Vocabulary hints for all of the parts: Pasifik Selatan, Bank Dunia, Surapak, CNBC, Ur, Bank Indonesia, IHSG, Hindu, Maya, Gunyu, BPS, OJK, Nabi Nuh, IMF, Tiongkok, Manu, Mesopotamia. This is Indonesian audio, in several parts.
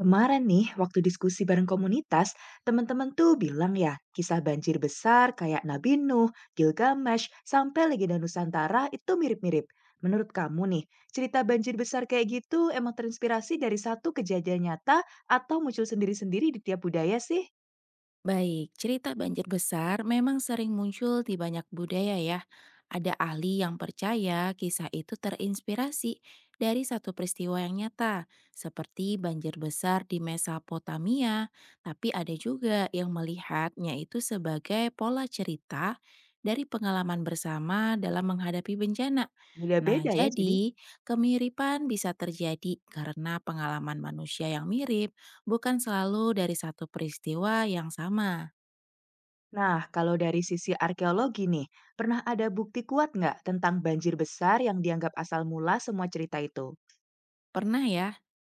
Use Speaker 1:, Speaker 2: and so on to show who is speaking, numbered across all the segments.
Speaker 1: Kemarin nih, waktu diskusi bareng komunitas, teman-teman tuh bilang ya, kisah banjir besar kayak Nabi Nuh, Gilgamesh, sampai legenda Nusantara itu mirip-mirip. Menurut kamu nih, cerita banjir besar kayak gitu emang terinspirasi dari satu kejadian nyata atau muncul sendiri-sendiri di tiap budaya sih?
Speaker 2: Baik, cerita banjir besar memang sering muncul di banyak budaya ya. Ada ahli yang percaya kisah itu terinspirasi dari satu peristiwa yang nyata, seperti banjir besar di Mesopotamia. Tapi ada juga yang melihatnya itu sebagai pola cerita dari pengalaman bersama dalam menghadapi bencana. Nah,
Speaker 1: Beda-beda ya jadi.
Speaker 2: jadi kemiripan bisa terjadi karena pengalaman manusia yang mirip bukan selalu dari satu peristiwa yang sama.
Speaker 1: Nah, kalau dari sisi arkeologi nih, pernah ada bukti kuat nggak tentang banjir besar yang dianggap asal mula semua cerita itu?
Speaker 2: Pernah ya.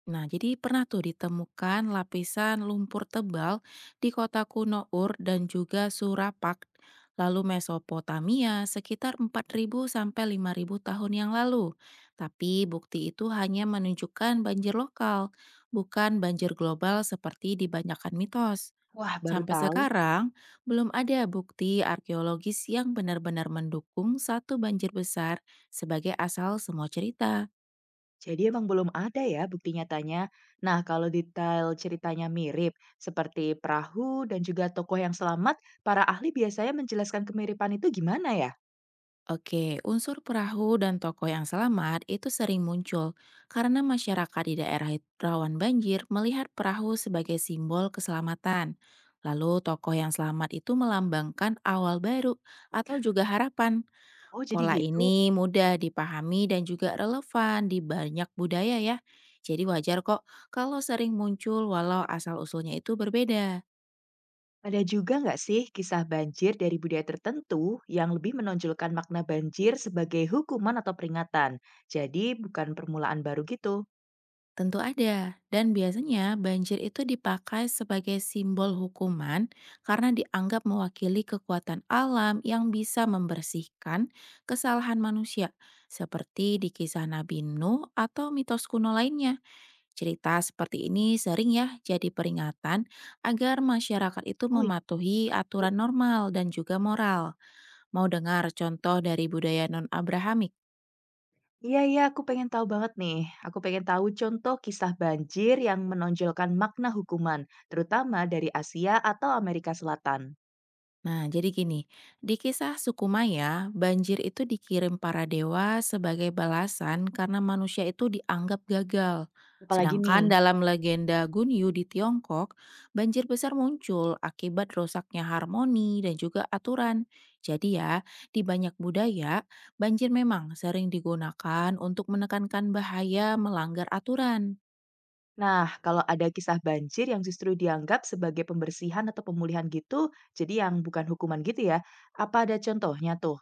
Speaker 2: Nah, jadi pernah tuh ditemukan lapisan lumpur tebal di kota kuno Ur dan juga Surapak, lalu Mesopotamia sekitar 4.000 sampai 5.000 tahun yang lalu. Tapi bukti itu hanya menunjukkan banjir lokal, bukan banjir global seperti dibanyakan mitos.
Speaker 1: Wah, baru
Speaker 2: Sampai
Speaker 1: tahu.
Speaker 2: sekarang, belum ada bukti arkeologis yang benar-benar mendukung satu banjir besar sebagai asal semua cerita.
Speaker 1: Jadi emang belum ada ya bukti nyatanya. Nah, kalau detail ceritanya mirip, seperti perahu dan juga tokoh yang selamat, para ahli biasanya menjelaskan kemiripan itu gimana ya?
Speaker 2: Oke, unsur perahu dan tokoh yang selamat itu sering muncul karena masyarakat di daerah rawan banjir melihat perahu sebagai simbol keselamatan. Lalu tokoh yang selamat itu melambangkan awal baru atau juga harapan.
Speaker 1: Oh, jadi
Speaker 2: Pola
Speaker 1: gitu.
Speaker 2: ini mudah dipahami dan juga relevan di banyak budaya ya. Jadi wajar kok kalau sering muncul walau asal-usulnya itu berbeda.
Speaker 1: Ada juga nggak sih kisah banjir dari budaya tertentu yang lebih menonjolkan makna banjir sebagai hukuman atau peringatan? Jadi bukan permulaan baru gitu.
Speaker 2: Tentu ada, dan biasanya banjir itu dipakai sebagai simbol hukuman karena dianggap mewakili kekuatan alam yang bisa membersihkan kesalahan manusia, seperti di kisah Nabi Nuh atau mitos kuno lainnya. Cerita seperti ini sering ya jadi peringatan agar masyarakat itu
Speaker 1: Oh iya.
Speaker 2: mematuhi aturan normal dan juga moral. Mau dengar contoh dari budaya non-Abrahamik?
Speaker 1: Iya iya, aku pengen tahu banget nih. Aku pengen tahu contoh kisah banjir yang menonjolkan makna hukuman, terutama dari Asia atau Amerika Selatan.
Speaker 2: Nah, jadi gini, di kisah suku Maya, banjir itu dikirim para dewa sebagai balasan karena manusia itu dianggap gagal.
Speaker 1: Apalagi nih,
Speaker 2: Sedangkan dalam legenda Gunyu di Tiongkok, banjir besar muncul akibat rusaknya harmoni dan juga aturan. Jadi ya, di banyak budaya, banjir memang sering digunakan untuk menekankan bahaya melanggar aturan.
Speaker 1: nah kalau ada kisah banjir yang justru dianggap sebagai pembersihan atau pemulihan gitu, jadi yang bukan hukuman gitu ya, apa ada contohnya tuh?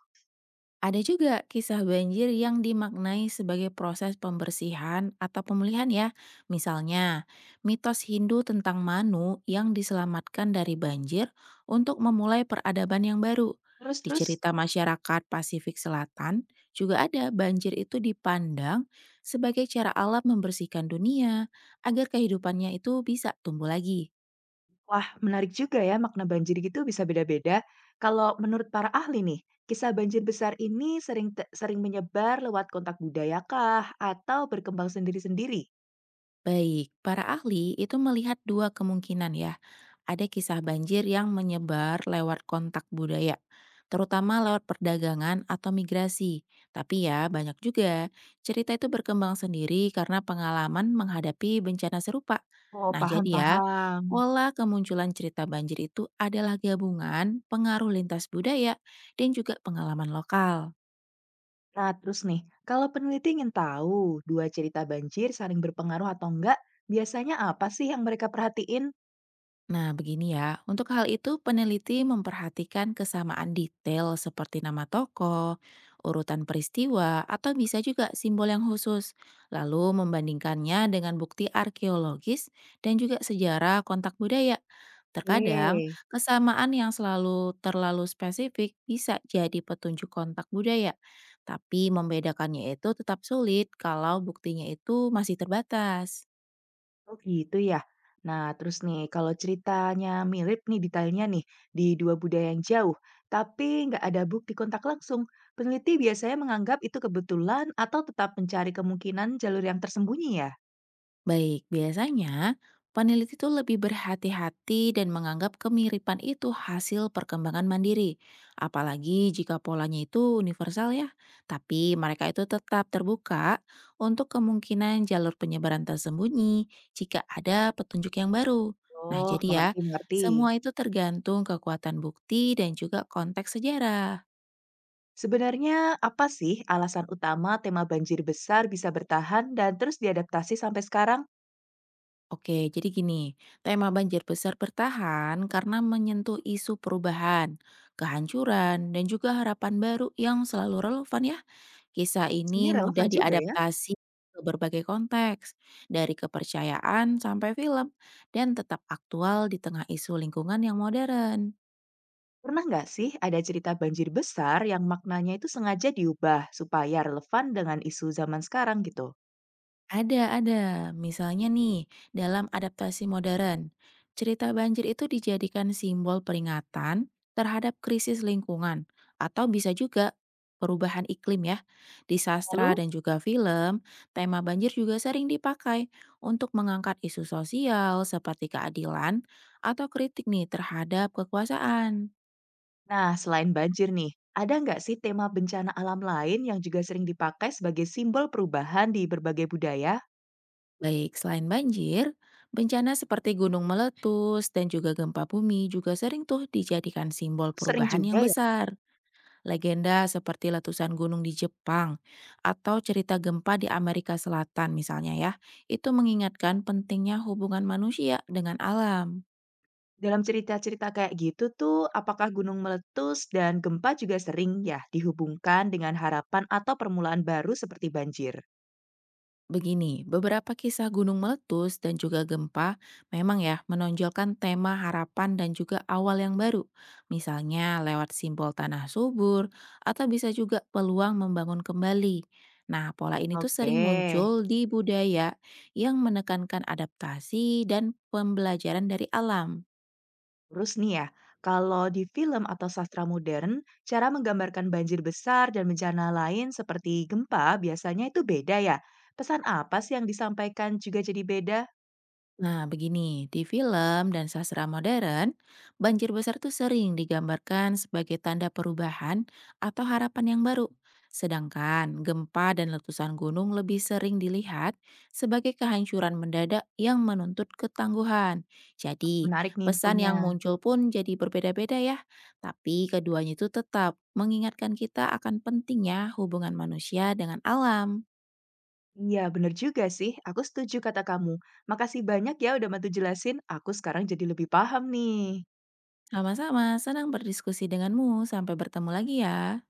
Speaker 2: Ada juga kisah banjir yang dimaknai sebagai proses pembersihan atau pemulihan ya. Misalnya, mitos Hindu tentang Manu yang diselamatkan dari banjir untuk memulai peradaban yang baru. Di
Speaker 1: Terus-terus?
Speaker 2: cerita masyarakat Pasifik Selatan, juga ada banjir itu dipandang sebagai cara alam membersihkan dunia agar kehidupannya itu bisa tumbuh lagi.
Speaker 1: Wah, menarik juga ya makna banjir gitu bisa beda-beda. Kalau menurut para ahli nih, kisah banjir besar ini sering menyebar lewat kontak budayakah atau berkembang sendiri-sendiri?
Speaker 2: Baik, para ahli itu melihat dua kemungkinan ya. Ada kisah banjir yang menyebar lewat kontak budaya, terutama lewat perdagangan atau migrasi. Tapi ya banyak juga cerita itu berkembang sendiri karena pengalaman menghadapi bencana serupa.
Speaker 1: Oh,
Speaker 2: Nah, jadi ya,
Speaker 1: paham-paham.
Speaker 2: pola kemunculan cerita banjir itu adalah gabungan pengaruh lintas budaya dan juga pengalaman lokal.
Speaker 1: Nah, terus nih, kalau peneliti ingin tahu dua cerita banjir saling berpengaruh atau enggak, biasanya apa sih yang mereka perhatiin?
Speaker 2: Nah, begini ya. Untuk hal itu, peneliti memperhatikan kesamaan detail seperti nama tokoh, urutan peristiwa, atau bisa juga simbol yang khusus. Lalu membandingkannya dengan bukti arkeologis dan juga sejarah kontak budaya. Terkadang,
Speaker 1: Oke.
Speaker 2: kesamaan yang selalu terlalu spesifik bisa jadi petunjuk kontak budaya. Tapi membedakannya itu tetap sulit kalau buktinya itu masih terbatas.
Speaker 1: Oh gitu ya. Nah, terus nih kalau ceritanya mirip nih detailnya nih di dua budaya yang jauh, tapi nggak ada bukti kontak langsung, peneliti biasanya menganggap itu kebetulan atau tetap mencari kemungkinan jalur yang tersembunyi ya?
Speaker 2: Baik, biasanya peneliti itu lebih berhati-hati dan menganggap kemiripan itu hasil perkembangan mandiri. Apalagi jika polanya itu universal ya. Tapi mereka itu tetap terbuka untuk kemungkinan jalur penyebaran tersembunyi jika ada petunjuk yang baru. Nah
Speaker 1: Oh,
Speaker 2: jadi ya,
Speaker 1: mengerti-mengerti.
Speaker 2: semua itu tergantung kekuatan bukti dan juga konteks sejarah.
Speaker 1: Sebenarnya apa sih alasan utama tema banjir besar bisa bertahan dan terus diadaptasi sampai sekarang?
Speaker 2: Oke, jadi gini, tema banjir besar bertahan karena menyentuh isu perubahan, kehancuran, dan juga harapan baru yang selalu relevan ya. Kisah
Speaker 1: Sebenarnya
Speaker 2: ini
Speaker 1: relevan
Speaker 2: mudah
Speaker 1: juga ya.
Speaker 2: diadaptasi ke berbagai konteks, dari kepercayaan sampai film, dan tetap aktual di tengah isu lingkungan yang modern.
Speaker 1: Pernah nggak sih ada cerita banjir besar yang maknanya itu sengaja diubah supaya relevan dengan isu zaman sekarang gitu?
Speaker 2: Ada ada. Misalnya nih, dalam adaptasi modern, cerita banjir itu dijadikan simbol peringatan terhadap krisis lingkungan atau bisa juga perubahan iklim ya. Di sastra
Speaker 1: Lalu,
Speaker 2: dan juga film, tema banjir juga sering dipakai untuk mengangkat isu sosial seperti keadilan atau kritik nih terhadap kekuasaan.
Speaker 1: nah selain banjir nih, ada nggak sih tema bencana alam lain yang juga sering dipakai sebagai simbol perubahan di berbagai budaya?
Speaker 2: Baik, selain banjir, bencana seperti gunung meletus dan juga gempa bumi juga sering tuh dijadikan simbol
Speaker 1: Sering
Speaker 2: perubahan
Speaker 1: juga
Speaker 2: yang
Speaker 1: ya.
Speaker 2: besar. Legenda seperti letusan gunung di Jepang atau cerita gempa di Amerika Selatan misalnya ya, itu mengingatkan pentingnya hubungan manusia dengan alam.
Speaker 1: Dalam cerita-cerita kayak gitu tuh, apakah gunung meletus dan gempa juga sering ya dihubungkan dengan harapan atau permulaan baru seperti banjir?
Speaker 2: Begini, beberapa kisah gunung meletus dan juga gempa memang ya menonjolkan tema harapan dan juga awal yang baru. Misalnya lewat simbol tanah subur atau bisa juga peluang membangun kembali. Nah, pola ini tuh
Speaker 1: Oke.
Speaker 2: sering muncul di budaya yang menekankan adaptasi dan pembelajaran dari alam.
Speaker 1: Terus nih ya, kalau di film atau sastra modern, cara menggambarkan banjir besar dan bencana lain seperti gempa biasanya itu beda ya. Pesan apa sih yang disampaikan juga jadi beda?
Speaker 2: Nah, begini, di film dan sastra modern, banjir besar tuh sering digambarkan sebagai tanda perubahan atau harapan yang baru. Sedangkan gempa dan letusan gunung lebih sering dilihat sebagai kehancuran mendadak yang menuntut ketangguhan. Jadi,
Speaker 1: Menarik nih
Speaker 2: pesan
Speaker 1: infonya.
Speaker 2: yang muncul pun jadi berbeda-beda ya. Tapi keduanya itu tetap mengingatkan kita akan pentingnya hubungan manusia dengan alam.
Speaker 1: Iya, bener juga sih. Aku setuju kata kamu. Makasih banyak ya udah bantu jelasin. Aku sekarang jadi lebih paham nih.
Speaker 2: Sama-sama, senang berdiskusi denganmu. Sampai bertemu lagi ya.